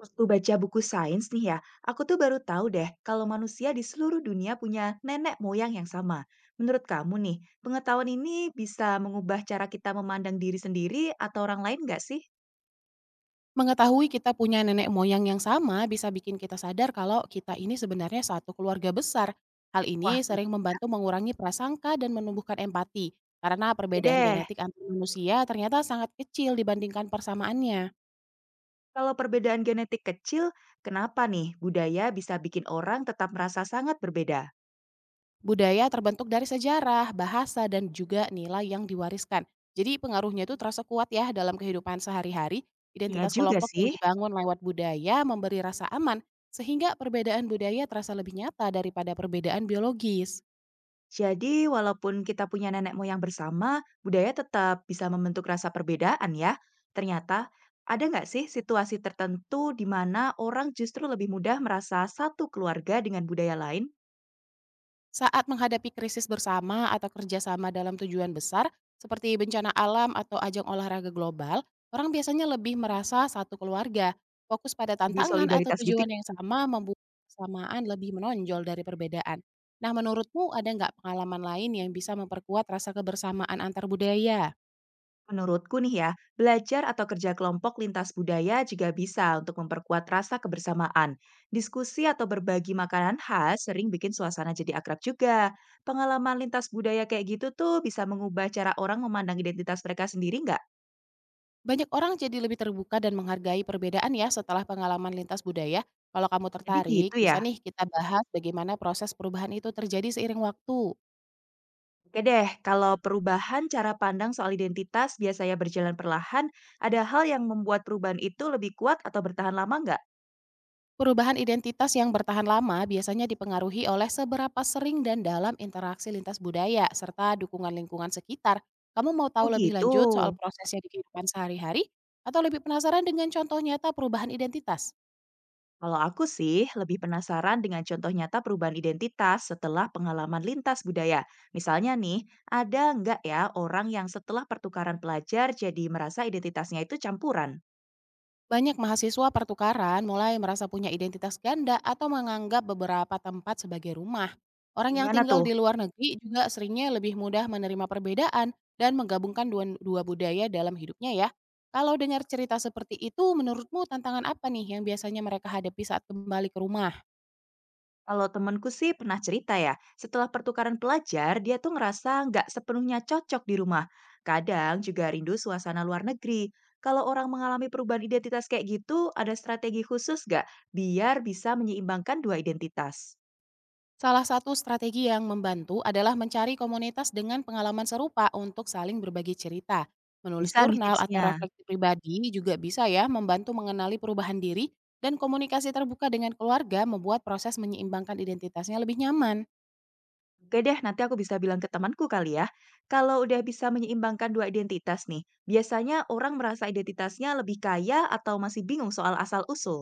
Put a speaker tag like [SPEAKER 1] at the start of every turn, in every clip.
[SPEAKER 1] Waktu baca buku sains nih ya, aku tuh baru tahu deh kalau manusia di seluruh dunia punya nenek moyang yang sama. Menurut kamu nih, pengetahuan ini bisa mengubah cara kita memandang diri sendiri atau orang lain nggak sih?
[SPEAKER 2] Mengetahui kita punya nenek moyang yang sama bisa bikin kita sadar kalau kita ini sebenarnya satu keluarga besar. Hal
[SPEAKER 1] Wah.
[SPEAKER 2] ini sering membantu mengurangi prasangka dan menumbuhkan empati, karena
[SPEAKER 1] Oke
[SPEAKER 2] perbedaan
[SPEAKER 1] deh,
[SPEAKER 2] genetik antar manusia ternyata sangat kecil dibandingkan persamaannya.
[SPEAKER 1] kalau perbedaan genetik kecil, kenapa nih budaya bisa bikin orang tetap merasa sangat berbeda?
[SPEAKER 2] Budaya terbentuk dari sejarah, bahasa, dan juga nilai yang diwariskan. Jadi pengaruhnya itu terasa kuat ya dalam kehidupan sehari-hari.
[SPEAKER 1] Iya
[SPEAKER 2] Identitas
[SPEAKER 1] juga
[SPEAKER 2] kelompok yang
[SPEAKER 1] sih.
[SPEAKER 2] dibangun lewat budaya memberi rasa aman, sehingga perbedaan budaya terasa lebih nyata daripada perbedaan biologis.
[SPEAKER 1] Jadi, walaupun kita punya nenek moyang bersama, budaya tetap bisa membentuk rasa perbedaan ya. Ternyata, ada nggak sih situasi tertentu di mana orang justru lebih mudah merasa satu keluarga dengan budaya lain?
[SPEAKER 2] Saat menghadapi krisis bersama atau kerjasama dalam tujuan besar, seperti bencana alam atau ajang olahraga global, orang biasanya lebih merasa satu keluarga. Fokus pada
[SPEAKER 1] Lebih
[SPEAKER 2] tantangan atau
[SPEAKER 1] solidaritas gitu
[SPEAKER 2] tujuan
[SPEAKER 1] ya.
[SPEAKER 2] yang sama membuat kesamaan lebih menonjol dari perbedaan. Nah, menurutmu ada nggak pengalaman lain yang bisa memperkuat rasa kebersamaan antar budaya?
[SPEAKER 1] Menurutku nih ya, belajar atau kerja kelompok lintas budaya juga bisa untuk memperkuat rasa kebersamaan. Diskusi atau berbagi makanan khas sering bikin suasana jadi akrab juga. Pengalaman lintas budaya kayak gitu tuh bisa mengubah cara orang memandang identitas mereka sendiri nggak?
[SPEAKER 2] Banyak orang jadi lebih terbuka dan menghargai perbedaan ya setelah pengalaman lintas budaya. Kalau kamu
[SPEAKER 1] Jadi
[SPEAKER 2] tertarik,
[SPEAKER 1] gitu
[SPEAKER 2] bisa
[SPEAKER 1] ya?
[SPEAKER 2] nih kita bahas bagaimana proses perubahan itu terjadi seiring waktu.
[SPEAKER 1] Oke deh, kalau perubahan cara pandang soal identitas biasanya berjalan perlahan, ada hal yang membuat perubahan itu lebih kuat atau bertahan lama nggak?
[SPEAKER 2] Perubahan identitas yang bertahan lama biasanya dipengaruhi oleh seberapa sering dan dalam interaksi lintas budaya serta dukungan lingkungan sekitar. Kamu mau tahu
[SPEAKER 1] Oh
[SPEAKER 2] lebih
[SPEAKER 1] gitu.
[SPEAKER 2] lanjut soal prosesnya di kehidupan sehari-hari atau lebih penasaran dengan contoh nyata perubahan identitas?
[SPEAKER 1] Kalau aku sih lebih penasaran dengan contoh nyata perubahan identitas setelah pengalaman lintas budaya. Misalnya nih, ada nggak ya orang yang setelah pertukaran pelajar jadi merasa identitasnya itu campuran?
[SPEAKER 2] Banyak mahasiswa pertukaran mulai merasa punya identitas ganda atau menganggap beberapa tempat sebagai rumah. Orang yang
[SPEAKER 1] Gimana
[SPEAKER 2] tinggal
[SPEAKER 1] tuh?
[SPEAKER 2] di luar negeri juga seringnya lebih mudah menerima perbedaan dan menggabungkan dua budaya dalam hidupnya ya. Kalau dengar cerita seperti itu, menurutmu tantangan apa nih yang biasanya mereka hadapi saat kembali ke rumah?
[SPEAKER 1] Kalau temanku sih pernah cerita ya, setelah pertukaran pelajar, dia tuh ngerasa nggak sepenuhnya cocok di rumah. Kadang juga rindu suasana luar negeri. Kalau orang mengalami perubahan identitas kayak gitu, ada strategi khusus nggak biar bisa menyeimbangkan dua identitas?
[SPEAKER 2] Salah satu strategi yang membantu adalah mencari komunitas dengan pengalaman serupa untuk saling berbagi cerita. Menulis
[SPEAKER 1] Bisa nih
[SPEAKER 2] jurnal atau
[SPEAKER 1] tipsnya.
[SPEAKER 2] refleksi pribadi juga bisa ya membantu mengenali perubahan diri, dan komunikasi terbuka dengan keluarga membuat proses menyeimbangkan identitasnya lebih nyaman.
[SPEAKER 1] Oke deh, nanti aku bisa bilang ke temanku kali ya. Kalau udah bisa menyeimbangkan dua identitas nih, biasanya orang merasa identitasnya lebih kaya atau masih bingung soal asal-usul.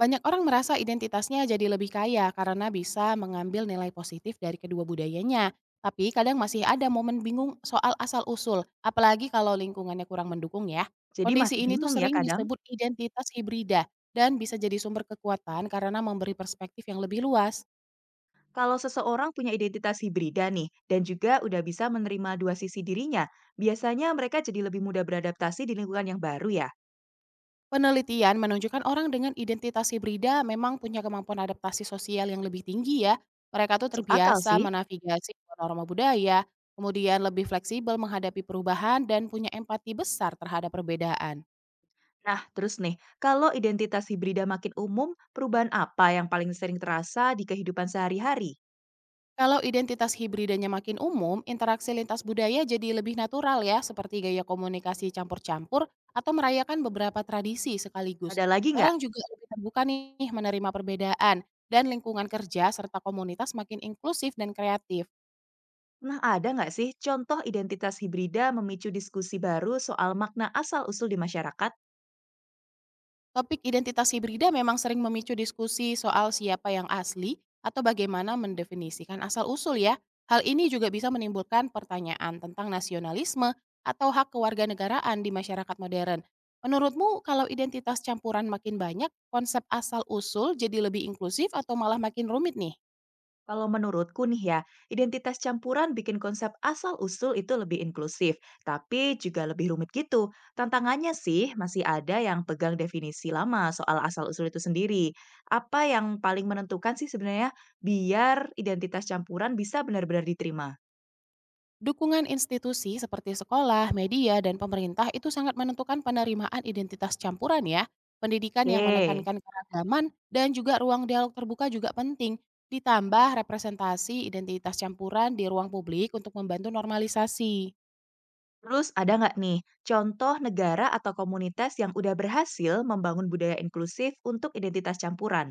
[SPEAKER 2] Banyak orang merasa identitasnya jadi lebih kaya karena bisa mengambil nilai positif dari kedua budayanya. Tapi kadang masih ada momen bingung soal asal-usul, apalagi kalau lingkungannya kurang mendukung ya.
[SPEAKER 1] Jadi
[SPEAKER 2] Kondisi
[SPEAKER 1] masih
[SPEAKER 2] ini tuh
[SPEAKER 1] bingung ya
[SPEAKER 2] sering
[SPEAKER 1] kadang.
[SPEAKER 2] disebut identitas hibrida, dan bisa jadi sumber kekuatan karena memberi perspektif yang lebih luas.
[SPEAKER 1] Kalau seseorang punya identitas hibrida nih, dan juga udah bisa menerima dua sisi dirinya, biasanya mereka jadi lebih mudah beradaptasi di lingkungan yang baru ya.
[SPEAKER 2] Penelitian menunjukkan orang dengan identitas hibrida memang punya kemampuan adaptasi sosial yang lebih tinggi ya. Mereka tuh
[SPEAKER 1] Masuk akal
[SPEAKER 2] terbiasa
[SPEAKER 1] sih.
[SPEAKER 2] menavigasi norma budaya, kemudian lebih fleksibel menghadapi perubahan dan punya empati besar terhadap perbedaan.
[SPEAKER 1] Nah, terus nih, kalau identitas hibrida makin umum, perubahan apa yang paling sering terasa di kehidupan sehari-hari?
[SPEAKER 2] Kalau identitas hibridanya makin umum, interaksi lintas budaya jadi lebih natural ya, seperti gaya komunikasi campur-campur atau merayakan beberapa tradisi sekaligus.
[SPEAKER 1] Ada lagi nggak?
[SPEAKER 2] Orang juga lebih terbuka nih menerima perbedaan, dan lingkungan kerja serta komunitas makin inklusif dan kreatif.
[SPEAKER 1] Nah, ada nggak sih contoh identitas hibrida memicu diskusi baru soal makna asal-usul di masyarakat?
[SPEAKER 2] Topik identitas hibrida memang sering memicu diskusi soal siapa yang asli atau bagaimana mendefinisikan asal-usul ya. Hal ini juga bisa menimbulkan pertanyaan tentang nasionalisme atau hak kewarganegaraan di masyarakat modern. Menurutmu kalau identitas campuran makin banyak, konsep asal-usul jadi lebih inklusif atau malah makin rumit nih?
[SPEAKER 1] Kalau menurutku nih ya, identitas campuran bikin konsep asal-usul itu lebih inklusif, tapi juga lebih rumit gitu. Tantangannya sih masih ada yang pegang definisi lama soal asal-usul itu sendiri. Apa yang paling menentukan sih sebenarnya biar identitas campuran bisa benar-benar diterima?
[SPEAKER 2] Dukungan institusi seperti sekolah, media, dan pemerintah itu sangat menentukan penerimaan identitas campuran ya. Pendidikan yang
[SPEAKER 1] Oke.
[SPEAKER 2] menekankan keragaman dan juga ruang dialog terbuka juga penting. Ditambah representasi identitas campuran di ruang publik untuk membantu normalisasi.
[SPEAKER 1] Terus ada nggak nih contoh negara atau komunitas yang udah berhasil membangun budaya inklusif untuk identitas campuran?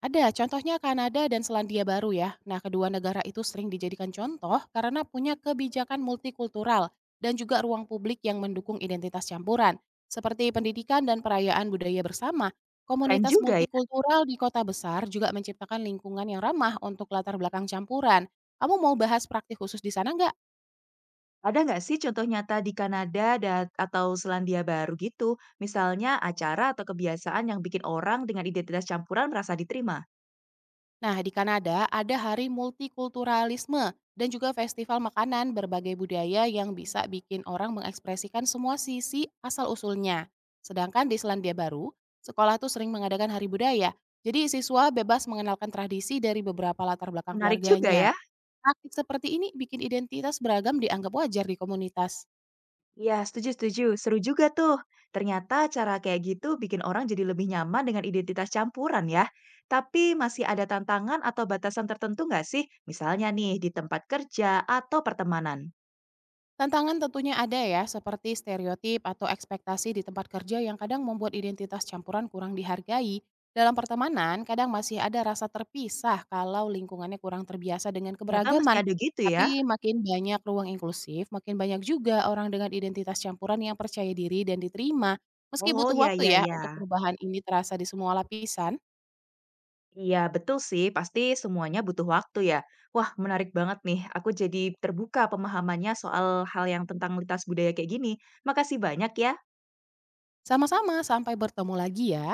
[SPEAKER 2] Ada, contohnya Kanada dan Selandia Baru ya. Nah, kedua negara itu sering dijadikan contoh karena punya kebijakan multikultural dan juga ruang publik yang mendukung identitas campuran, seperti pendidikan dan perayaan budaya bersama.
[SPEAKER 1] Keren
[SPEAKER 2] Komunitas
[SPEAKER 1] juga ya.
[SPEAKER 2] multikultural di kota besar juga menciptakan lingkungan yang ramah untuk latar belakang campuran. Kamu mau bahas praktik khusus di sana nggak?
[SPEAKER 1] Ada nggak sih contoh nyata di Kanada dan atau Selandia Baru gitu? Misalnya acara atau kebiasaan yang bikin orang dengan identitas campuran merasa diterima.
[SPEAKER 2] Nah, di Kanada ada hari multikulturalisme dan juga festival makanan berbagai budaya yang bisa bikin orang mengekspresikan semua sisi asal-usulnya. Sedangkan di Selandia Baru, sekolah tuh sering mengadakan hari budaya. Jadi siswa bebas mengenalkan tradisi dari beberapa latar belakang
[SPEAKER 1] Menarik juga
[SPEAKER 2] keluarganya.
[SPEAKER 1] ya.
[SPEAKER 2] Praktik seperti ini bikin identitas beragam dianggap wajar di komunitas.
[SPEAKER 1] Iya, setuju-setuju. Seru juga tuh. Ternyata cara kayak gitu bikin orang jadi lebih nyaman dengan identitas campuran ya. Tapi masih ada tantangan atau batasan tertentu nggak sih? Misalnya nih di tempat kerja atau pertemanan.
[SPEAKER 2] Tantangan tentunya ada ya, seperti stereotip atau ekspektasi di tempat kerja yang kadang membuat identitas campuran kurang dihargai. Dalam pertemanan, kadang masih ada rasa terpisah kalau lingkungannya kurang terbiasa dengan
[SPEAKER 1] Ternyata masih
[SPEAKER 2] keberagaman.
[SPEAKER 1] ada gitu ya.
[SPEAKER 2] Tapi makin banyak ruang inklusif, makin banyak juga orang dengan identitas campuran yang percaya diri dan diterima. Meski
[SPEAKER 1] Oh,
[SPEAKER 2] butuh
[SPEAKER 1] ya,
[SPEAKER 2] waktu
[SPEAKER 1] ya,
[SPEAKER 2] ya untuk
[SPEAKER 1] ya.
[SPEAKER 2] perubahan ini terasa di semua lapisan.
[SPEAKER 1] Iya, betul sih. Pasti semuanya butuh waktu ya. Wah, menarik banget nih. Aku jadi terbuka pemahamannya soal hal yang tentang lintas budaya kayak gini. Makasih banyak ya.
[SPEAKER 2] Sama-sama, sampai bertemu lagi ya.